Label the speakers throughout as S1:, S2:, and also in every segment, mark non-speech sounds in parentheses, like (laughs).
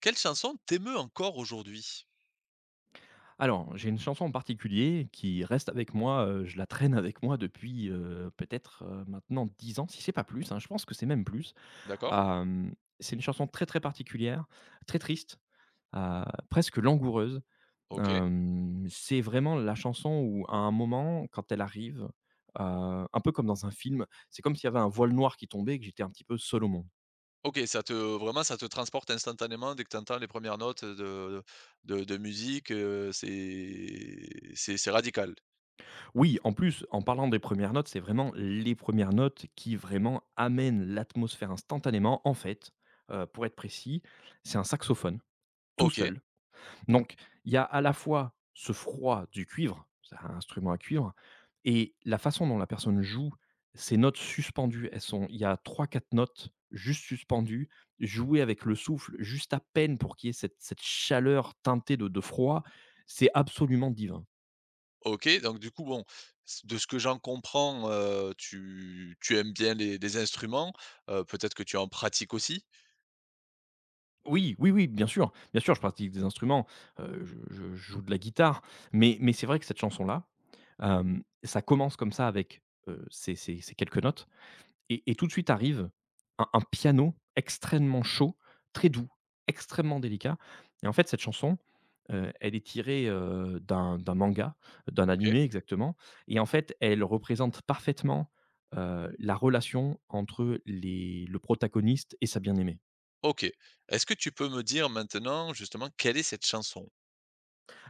S1: Quelle chanson t'émeut encore aujourd'hui?
S2: Alors, j'ai une chanson en particulier qui reste avec moi, je la traîne avec moi depuis, peut-être, maintenant 10 ans, si c'est pas plus, hein, je pense que c'est même plus.
S1: D'accord,
S2: Hem, c'est une chanson très, très particulière, très triste, heu, presque langoureuse.
S1: OK.
S2: C'est vraiment la chanson où à un moment, quand elle arrive, un peu comme dans un film, c'est comme s'il y avait un voile noir qui tombait et que j'étais un petit peu seul au monde.
S1: OK, ça te vraiment, ça te transporte instantanément dès que tu entends les premières notes de de musique, c'est c'est radical.
S2: Oui, en plus, en parlant des premières notes, c'est vraiment les premières notes qui vraiment amènent l'atmosphère instantanément. En fait, pour être précis, c'est un saxophone, tout
S1: OK,
S2: seul. Donc il y a à la fois ce froid du cuivre, c'est un instrument à cuivre et la façon dont la personne joue ces notes suspendues. Elles sont Il y a trois quatre notes juste suspendues, jouées avec le souffle, juste à peine pour qu'il y ait cette chaleur teintée de froid. C'est absolument divin.
S1: OK, donc du coup, bon, c de ce que j'en comprends, tu aimes bien les instruments, peut-être que tu en pratiques aussi?
S2: Oui, oui, oui, bien sûr, je pratique des instruments, heu, je je joue de la guitare, mais c'est vrai que cette chanson-là, ça commence comme ça avec, ces quelques notes et tout de suite arrive un piano extrêmement chaud, très doux, extrêmement délicat et en fait cette chanson, elle est tirée, d'un manga, d'un
S1: OK,
S2: animé exactement et en fait elle représente parfaitement, la relation entre les le protagoniste et sa bien-aimée.
S1: OK. Est-ce que tu peux me dire maintenant, justement, quelle est cette chanson?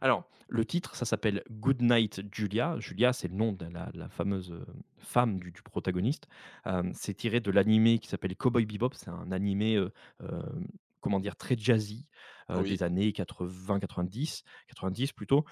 S2: Alors, le titre, ça s'appelle Good Night Julia. Julia, c'est le nom de la fameuse femme du protagoniste. C'est tiré de l'animé qui s'appelle Cowboy Bebop. C'est un animé, euh, comment dire, très jazzy,
S1: Oui.
S2: des années 80, 90, quatre-vingt-dix plutôt,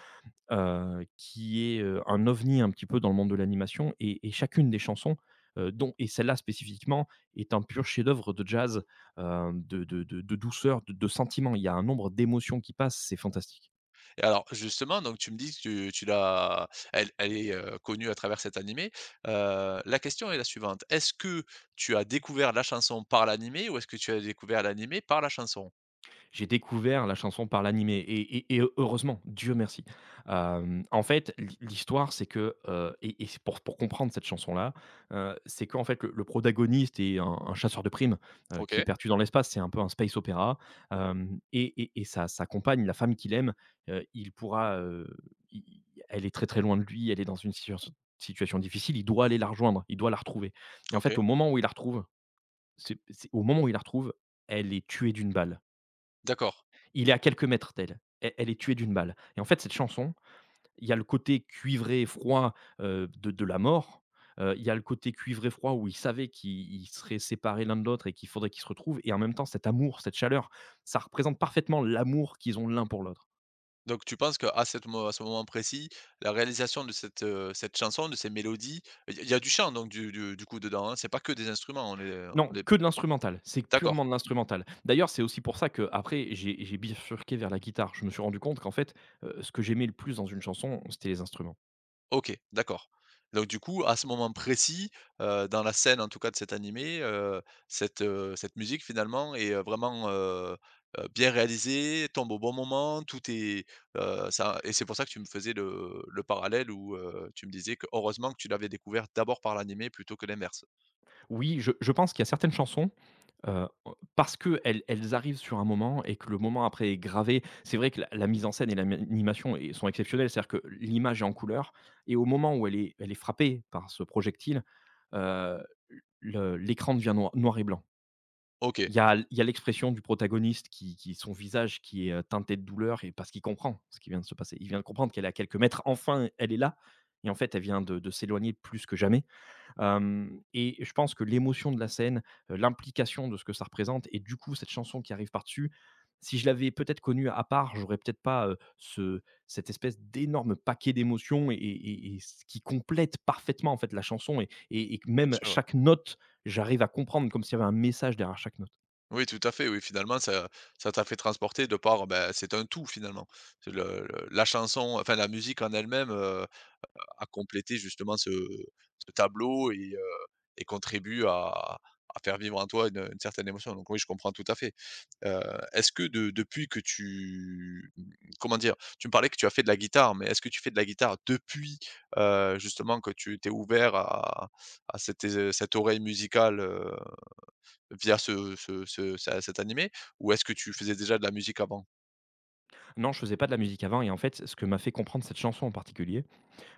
S2: qui est, un ovni un petit peu dans le monde de l'animation. Et chacune des chansons, dont, et celle-là spécifiquement, est un pur chef-d'œuvre de jazz, de douceur, de sentiment. Il y a un nombre d'émotions qui passent, c'est fantastique.
S1: Et alors justement, donc tu me dis que tu l'as elle est, connue à travers cet animé. La question est la suivante: est-ce que tu as découvert la chanson par l'animé ou est-ce que tu as découvert l'animé par la chanson?
S2: J'ai découvert la chanson par l'animé et heureusement, Dieu merci. En fait, l'histoire, c'est que, et c'est pour comprendre cette chanson-là, c'est qu'en fait, le protagoniste est un chasseur de primes, qui est
S1: OK,
S2: perdu dans l'espace. C'est un peu un space opéra, hem et sa compagne, la femme qu'il aime, il pourra, i elle est très, très loin de lui, elle est dans une situation difficile, il doit aller la rejoindre, il doit la retrouver et en fait,
S1: OK,
S2: au moment où il la retrouve, c'est au moment où il la retrouve, elle est tuée d'une balle.
S1: d'accord.
S2: Il est à quelques mètres d'elle. Elle est tuée d'une balle et en fait, cette chanson, il y a le côté cuivré, froid, de la mort, il y a le côté cuivré, froid où ils savaient qu'ils ils seraient séparés l'un de l'autre et qu'il faudrait qu'ils se retrouvent et en même temps, cet amour, cette chaleur, ça représente parfaitement l'amour qu'ils ont l'un pour l'autre.
S1: Donc tu penses qu'à cette mo à ce moment précis, la réalisation de cette, cette chanson, de ces mélodies, il y a du chant donc du du coup dedans, hein? C'est pas que des instruments,
S2: Non,
S1: on est
S2: que de l'instrumental, c'est
S1: d'accord.
S2: purement de l'instrumental. D'ailleurs, c'est aussi pour ça qu'après j'ai bifurqué vers la guitare. Je me suis rendu compte qu'en fait, ce que j'aimais le plus dans une chanson, c'était les instruments.
S1: OK, d'accord. Donc du coup, à ce moment précis, dans la scène en tout cas de cet animé, cette, cette musique finalement est, vraiment, bien réalisée, tombe au bon moment, tout est, ça et c'est pour ça que tu me faisais le parallèle où, tu me disais que heureusement que tu l'avais découvert d'abord par l'animé plutôt que l'inverse.
S2: Oui, je pense qu'il y a certaines chansons. Heu, Parce que elles arrivent sur un moment et que le moment après est gravé. C'est vrai que la mise en scène et l'animation animation sont exceptionnelles. C'est-à-dire que l'image est en couleur et au moment où elle est frappée par ce projectile, heu, le l'écran devient noir et blanc.
S1: OK,
S2: Il y a l'expression du protagoniste qui son visage qui est, teinté de douleur et parce qu'il comprend ce qui vient de se passer. Il vient de comprendre qu'elle est à quelques mètres, enfin elle est là et en fait elle vient de s'éloigner plus que jamais. Hem Et je pense que l'émotion de la scène, l'implication de ce que ça représente et du coup cette chanson qui arrive par-dessus, si je l'avais peut-être connue à part, j'aurais peut-être pas, ce cette espèce d'énorme paquet d'émotions et ce qui complète parfaitement en fait la chanson et que
S1: bien
S2: même
S1: sûr, ouais.
S2: chaque note, j'arrive à comprendre comme s'il y avait un message derrière chaque note.
S1: Oui, tout à fait, oui, finalement ça ça t'a fait transporter de par, ben, c'est un tout finalement. C'est le la chanson, enfin la musique en elle-même, à compléter justement ce tableau et contribue à faire vivre en toi une certaine émotion, donc oui, je comprends tout à fait. Heu, est-ce que de depuis que tu, comment dire? Tu me parlais que tu as fait de la guitare, mais est-ce que tu fais de la guitare depuis, justement que tu t'es ouvert à cette é cette oreille musicale, via ce cet animé? Ou est-ce que tu faisais déjà de la musique avant?
S2: Non, je faisais pas de la musique avant et en fait, ce que m'a fait comprendre cette chanson en particulier,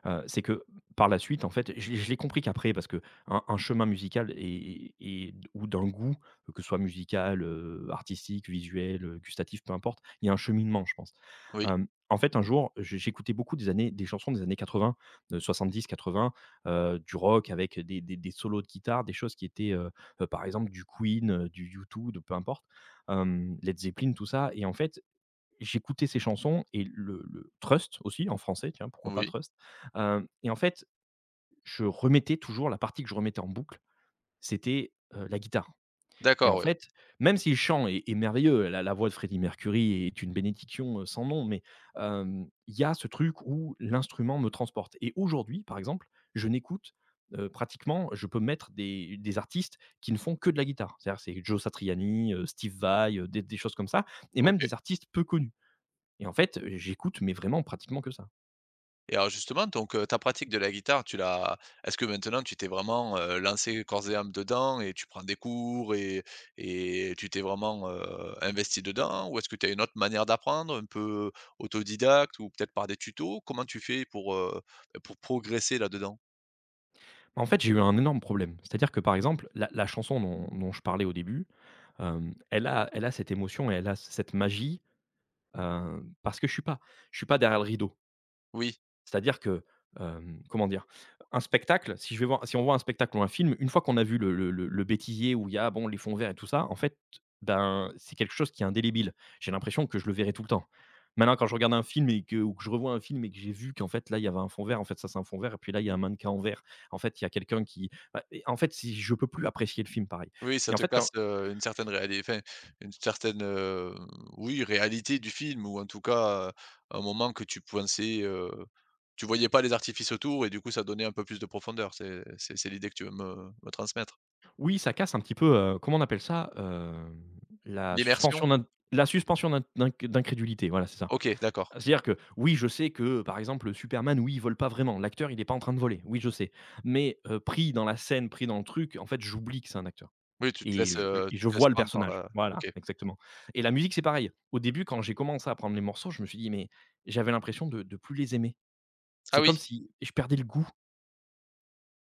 S2: C'est que par la suite, en fait, je l'ai compris qu'après parce que un chemin musical et ou d'un goût, que ce soit musical, artistique, visuel, gustatif, peu importe, il y a un cheminement, je pense.
S1: Oui,
S2: En fait, un jour, je j'écoutais beaucoup des chansons des années 80, 70-80, du rock avec des solos de guitare, des choses qui étaient, par exemple, du Queen, du U2, de peu importe, Led Zeppelin, tout ça et en fait, j'écoutais ses chansons et le Trust aussi, en français, tiens, pourquoi pas
S1: oui,
S2: Trust? Hem Et en fait, je remettais toujours la partie que je remettais en boucle, c'était, la guitare et en
S1: d'accord, oui,
S2: fait, même si le chant est merveilleux, la voix de Freddie Mercury est une bénédiction, sans nom, mais il y a ce truc où l'instrument me transporte et aujourd'hui, par exemple, je n'écoute, pratiquement je peux mettre des artistes qui ne font que de la guitare. C'est-à-dire, c'est Joe Satriani, Steve Vai, des choses comme ça et même
S1: OK.
S2: des artistes peu connus. Et en fait, j'écoute, mais vraiment pratiquement que ça.
S1: Et alors justement, donc, ta pratique de la guitare, tu l'as est-ce que maintenant tu t'es vraiment, lancé corps et âme dedans et tu prends des cours et tu t'es vraiment, investi dedans? Ou est-ce que tu as une autre manière d'apprendre, un peu autodidacte ou peut-être par des tutos? Comment tu fais pour, bah, pour progresser là-dedans?
S2: En fait, j'ai eu un énorme problème. C'est-à-dire que, par exemple, la chanson dont je parlais au début, elle a cette émotion et elle a cette magie, parce que je suis pas derrière le rideau.
S1: Oui.
S2: C'est-à-dire que, comment dire? Un spectacle, si je vais voir si on voit un spectacle ou un film, une fois qu'on a vu le bêtisier où il y a, bon, les fonds verts et tout ça, en fait, ben, c'est quelque chose qui est indélébile. J'ai l'impression que je le verrai tout le temps. Maintenant, quand je regarde un film et que ou que je revois un film et que j'ai vu qu'en fait, là, il y avait un fond vert, en fait, ça, c'est un fond vert et puis là, il y a un mannequin en vert. En fait, il y a quelqu'un et en fait, si je peux plus apprécier le film pareil
S1: Oui, ça
S2: et en
S1: te
S2: fait, quand
S1: casse, une certaine réalité, enfin, une certaine, oui, réalité du film ou en tout cas, un moment que tu pensais, tu voyais pas les artifices autour et du coup ça donnait un peu plus de profondeur. C'est l'idée que tu veux me transmettre?
S2: oui, ça casse un petit peu, comment on appelle ça? Hem, la suspension
S1: L'immersion?
S2: d'in la suspension d'in d'inc d'incrédulité, voilà, c'est ça.
S1: OK, d'accord.
S2: C'est-à-dire que oui, je sais que, par exemple, Superman, oui, il vole pas vraiment. L'acteur, il n'est pas en train de voler. Oui, je sais. Mais pris dans la scène, pris dans le truc, en fait, j'oublie que c'est un acteur
S1: Oui,
S2: et et
S1: tu
S2: je
S1: te laisses
S2: vois le
S1: prendre par
S2: personnage.
S1: la OK.
S2: Voilà, exactement et la musique, c'est pareil. Au début, quand j'ai commencé à prendre les morceaux, je me suis dit: «Mais» j'avais l'impression de plus les aimer.
S1: Ah
S2: C'est
S1: oui?
S2: comme si je perdais le goût.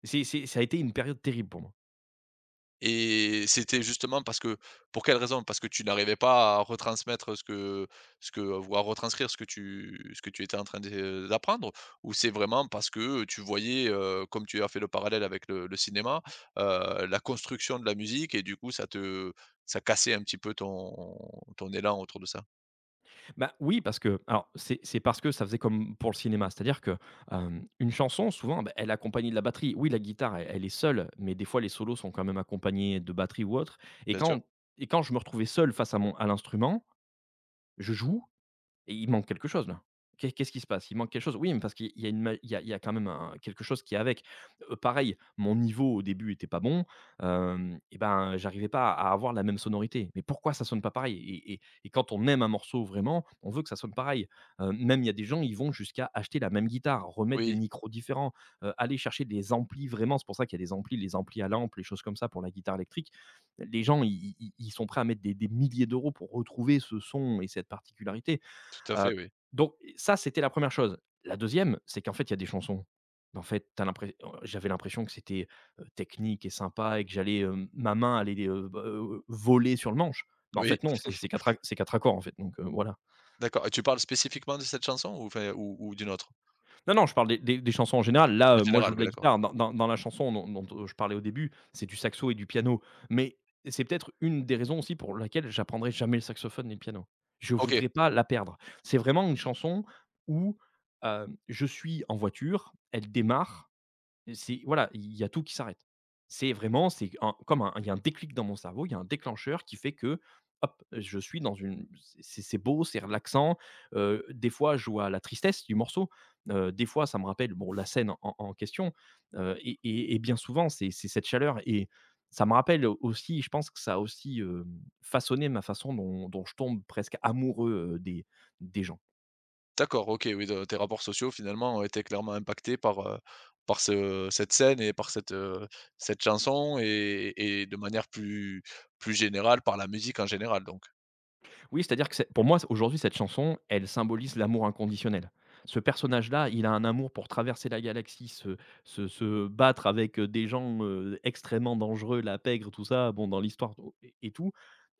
S2: C'est ça a été une période terrible pour moi.
S1: Et c'était justement parce que pour quelle raison? Parce que tu n'arrivais pas à retransmettre ce que ou à retranscrire ce que tu étais en train de d'apprendre? Ou c'est vraiment parce que tu voyais, comme tu as fait le parallèle avec le cinéma, la construction de la musique et du coup ça te ça cassait un petit peu ton élan autour de ça?
S2: Bah, oui, parce que alors c'est parce que ça faisait comme pour le cinéma, c'est-à-dire que, une chanson souvent, bah, elle est accompagnée de la batterie. Oui, la guitare, elle est seule, mais des fois les solos sont quand même accompagnés de batterie ou autre et
S1: Bien sûr.
S2: quand et quand je me retrouvais seul face à l'instrument, je joue et il manque quelque chose là. Qu'est-ce qui se passe? Il manque quelque chose? Oui, mais parce qu'il y a une ma il y a quand même un quelque chose qui est avec. Pareil, mon niveau au début était pas bon, hem et ben, j'arrivais pas à avoir la même sonorité. Mais pourquoi ça sonne pas pareil? Et quand on aime un morceau vraiment, on veut que ça sonne pareil. Même il y a des gens, ils vont jusqu'à acheter la même guitare, remettre des
S1: Oui,
S2: micros différents, aller chercher des amplis vraiment, c'est pour ça qu'il y a des amplis, les amplis à lampe, les choses comme ça pour la guitare électrique. Les gens, ils sont prêts à mettre des milliers d'euros pour retrouver ce son et cette particularité.
S1: tout à
S2: Heu,
S1: fait, oui.
S2: donc ça, c'était la première chose. La deuxième, c'est qu'en fait, il y a des chansons. En fait, j'avais l'impression que c'était technique et sympa et que j'allais, ma main allait, b voler sur le manche. Bah, en
S1: Oui,
S2: fait non, c'est 4 accords en fait, donc voilà.
S1: d'accord et tu parles spécifiquement de cette chanson ou enfin ou d'une autre?
S2: Non, non, je parle des chansons en général. Là,
S1: En
S2: moi, je joue
S1: général,
S2: de
S1: oui
S2: la
S1: d'accord.
S2: guitare. Dans la chanson dont je parlais au début, c'est du saxo et du piano. Mais c'est peut-être une des raisons aussi pour laquelle j'apprendrai jamais le saxophone ni le piano. Je
S1: OK.
S2: voudrais pas la perdre. C'est vraiment une chanson où je suis en voiture, elle démarre. C'est voilà, il y a tout qui s'arrête. C'est vraiment, c'est un comme un il y a un déclic dans mon cerveau, il y a un déclencheur qui fait que, hop, je suis dans une c'est beau, c'est relaxant. Des fois, je vois la tristesse du morceau. Heu, des fois, ça me rappelle, bon, la scène en question. Et bien souvent, c'est cette chaleur et ça me rappelle aussi, je pense que ça a aussi, hem, façonné ma façon dont je tombe presque amoureux, des gens.
S1: D'accord, OK, oui, de tes rapports sociaux finalement ont été clairement impactés par, par ce cette scène et par cette, cette chanson et de manière plus générale par la musique en général donc.
S2: Oui, c'est-à-dire que c'est pour moi, aujourd'hui, cette chanson, elle symbolise l'amour inconditionnel. Ce personnage-là, il a un amour pour traverser la galaxie, se battre avec, des gens, extrêmement dangereux, la pègre, tout ça, bon, dans l'histoire, et tout.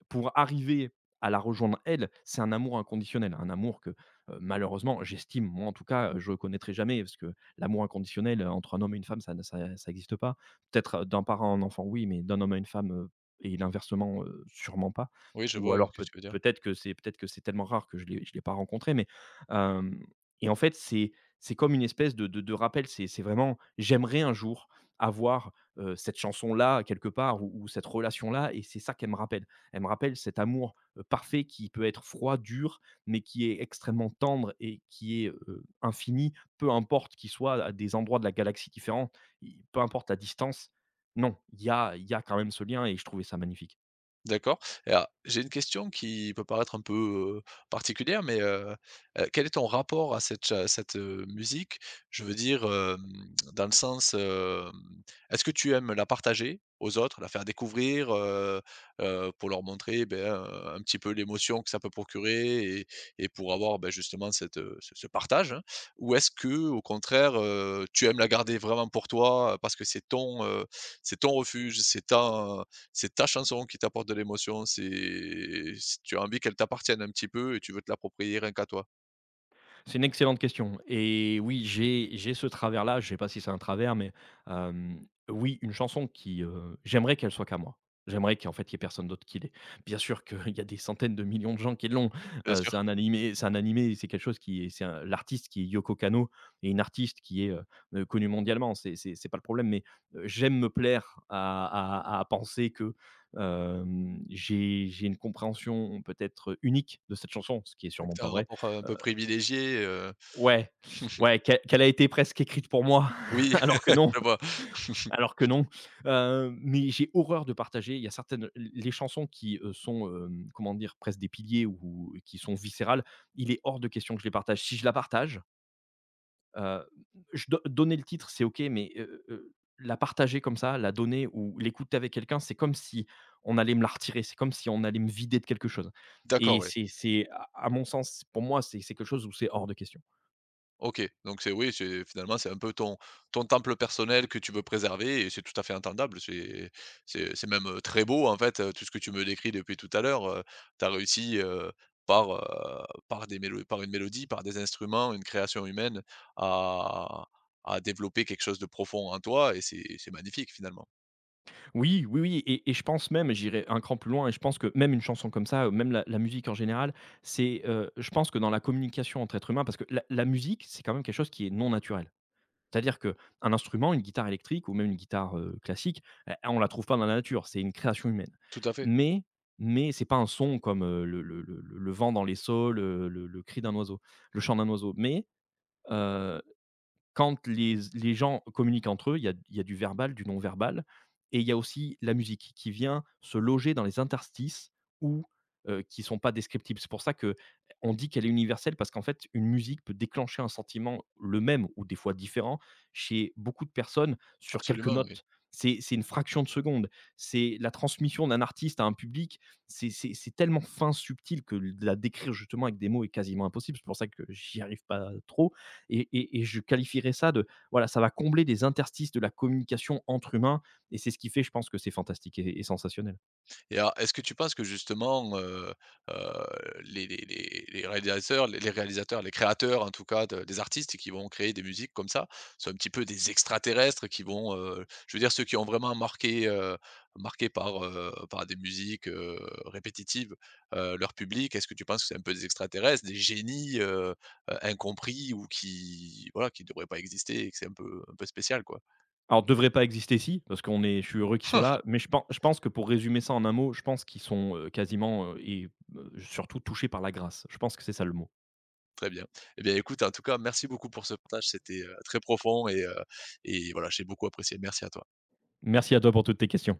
S2: Pour arriver à la rejoindre elle, c'est un amour inconditionnel, un amour que, malheureusement, j'estime, moi en tout cas, je ne connaîtrai jamais parce que l'amour inconditionnel, entre un homme et une femme, ça ne ça ça existe pas. Peut-être d'un parent à un enfant, oui, mais d'un homme à une femme, et l'inversement, sûrement pas.
S1: Oui, je
S2: Ou
S1: vois, oui,
S2: alors
S1: ce
S2: peut
S1: que tu veux dire.
S2: peut-être que c'est tellement rare que je l'ai pas rencontré, mais, hem, et en fait, c'est comme une espèce de rappel. C'est vraiment, j'aimerais un jour avoir, cette chanson-là quelque part ou cette relation-là et c'est ça qu'elle me rappelle. Elle me rappelle cet amour parfait qui peut être froid, dur, mais qui est extrêmement tendre et qui est infini, peu importe qu'il soit à des endroits de la galaxie différents, peu importe la distance. Non, il y a quand même ce lien et je trouvais ça magnifique.
S1: D'accord et alors, j'ai une question qui peut paraître un peu, heu, particulière, mais, quel est ton rapport à cette cha cette, musique? Je veux dire, hem, dans le sens, hem, est-ce que tu aimes la partager aux autres, la faire découvrir, pour leur montrer, beh, un petit peu l'émotion que ça peut procurer et pour avoir, beh, justement cette, ce partage, hein? Ou est-ce que, au contraire, tu aimes la garder vraiment pour toi, parce que c'est ton refuge, c'est ta chanson qui t'apporte de l'émotion, c'est tu as envie qu'elle t'appartienne un petit peu et tu veux te l'approprier rien qu'à toi.
S2: C'est une excellente question et oui, j'ai ce travers-là, je sais pas si c'est un travers, mais hem, oui, une chanson qui, j'aimerais qu'elle soit qu'à moi. J'aimerais qu'en fait, il y ait personne d'autre qui l'ait. Bien sûr qu'il (laughs) y a des centaines de millions de gens qui l'ont.
S1: Bien
S2: heu, c'est
S1: sûr,
S2: un animé c'est un animé, c'est quelque chose qui est c'est un l'artiste qui est Yoko Kanno et une artiste qui est, connue mondialement, c'est c'est pas le problème, mais j'aime me plaire à penser que, hem, j'ai une compréhension peut-être unique de cette chanson, ce qui est sûrement
S1: tu as
S2: pas
S1: un
S2: vrai.
S1: rapport, un peu privilégié,
S2: Ouais, ouais, qu'elle a été presque écrite pour moi, (laughs)
S1: oui,
S2: alors que non,
S1: (laughs) je vois.
S2: alors
S1: (laughs)
S2: que non. Mais j'ai horreur de partager. Il y a certaines les chansons qui, sont, hem, comment dire? Presque des piliers ou qui sont viscérales, il est hors de question que je les partage. Si je la partage, heu, je do donner le titre, c'est OK, mais, la partager comme ça, la donner ou l'écouter avec quelqu'un, c'est comme si on allait me la retirer, c'est comme si on allait me vider de quelque chose et
S1: D'accord, oui.
S2: c'est à mon sens, pour moi, c'est quelque chose où c'est hors de question.
S1: OK, donc c'est oui, c'est finalement, c'est un peu ton temple personnel que tu veux préserver et c'est tout à fait entendable. C'est c'est même, très beau, en fait, tout ce que tu me décris depuis tout à l'heure. Tu as réussi, par, par des mélo par une mélodie, par des instruments, une création humaine à développer quelque chose de profond en toi et c'est magnifique finalement.
S2: Oui, oui, oui et je pense même, j'irai un cran plus loin et je pense que même une chanson comme ça, même la musique en général, c'est, je pense que dans la communication entre êtres humains parce que la musique, c'est quand même quelque chose qui est non naturel. C'est-à-dire que un instrument, une guitare électrique ou même une guitare, classique, eh, on la trouve pas dans la nature, c'est une création humaine.
S1: Tout à fait,
S2: Mais mais c'est pas un son comme, le vent dans les saules, le cri d'un oiseau, le chant d'un oiseau. Mais, euh, quand les gens communiquent entre eux, il y a du verbal, du non-verbal et il y a aussi la musique qui vient se loger dans les interstices ou qui sont pas descriptibles. C'est pour ça que on dit qu'elle est universelle parce qu'en fait, une musique peut déclencher un sentiment le même ou des fois différent chez beaucoup de personnes sur quelques
S1: absolument, oui.
S2: notes. C'est une fraction de seconde. C'est la transmission d'un artiste à un public, c'est tellement fin, subtil que de la décrire justement avec des mots est quasiment impossible. C'est pour ça que j'y arrive pas trop et je qualifierais ça de, voilà, ça va combler des interstices de la communication entre humains. Et c'est ce qui fait, je pense, que c'est fantastique et sensationnel.
S1: Et alors, est-ce que tu penses que justement, heu, les réalisateurs les réalisateurs, les créateurs en tout cas de des artistes qui vont créer des musiques comme ça, sont un petit peu des extraterrestres qui vont, je veux dire ceux qui ont vraiment marqué, marqué par, par des musiques, répétitives, leur public? Est-ce que tu penses que c'est un peu des extraterrestres, des génies, incompris ou qui voilà, qui devraient pas exister et que c'est un peu spécial quoi?
S2: Alors, devrait pas exister si, parce qu'on est, je suis heureux qu'ils soient là. Mais
S1: (laughs)
S2: je pense que pour résumer ça en un mot, je pense qu'ils sont quasiment et surtout touchés par la grâce. Je pense que c'est ça le mot.
S1: Très bien. Eh bien, écoute, en tout cas, merci beaucoup pour ce partage. C'était, très profond et voilà, j'ai beaucoup apprécié. Merci à toi.
S2: Merci à toi pour toutes tes questions.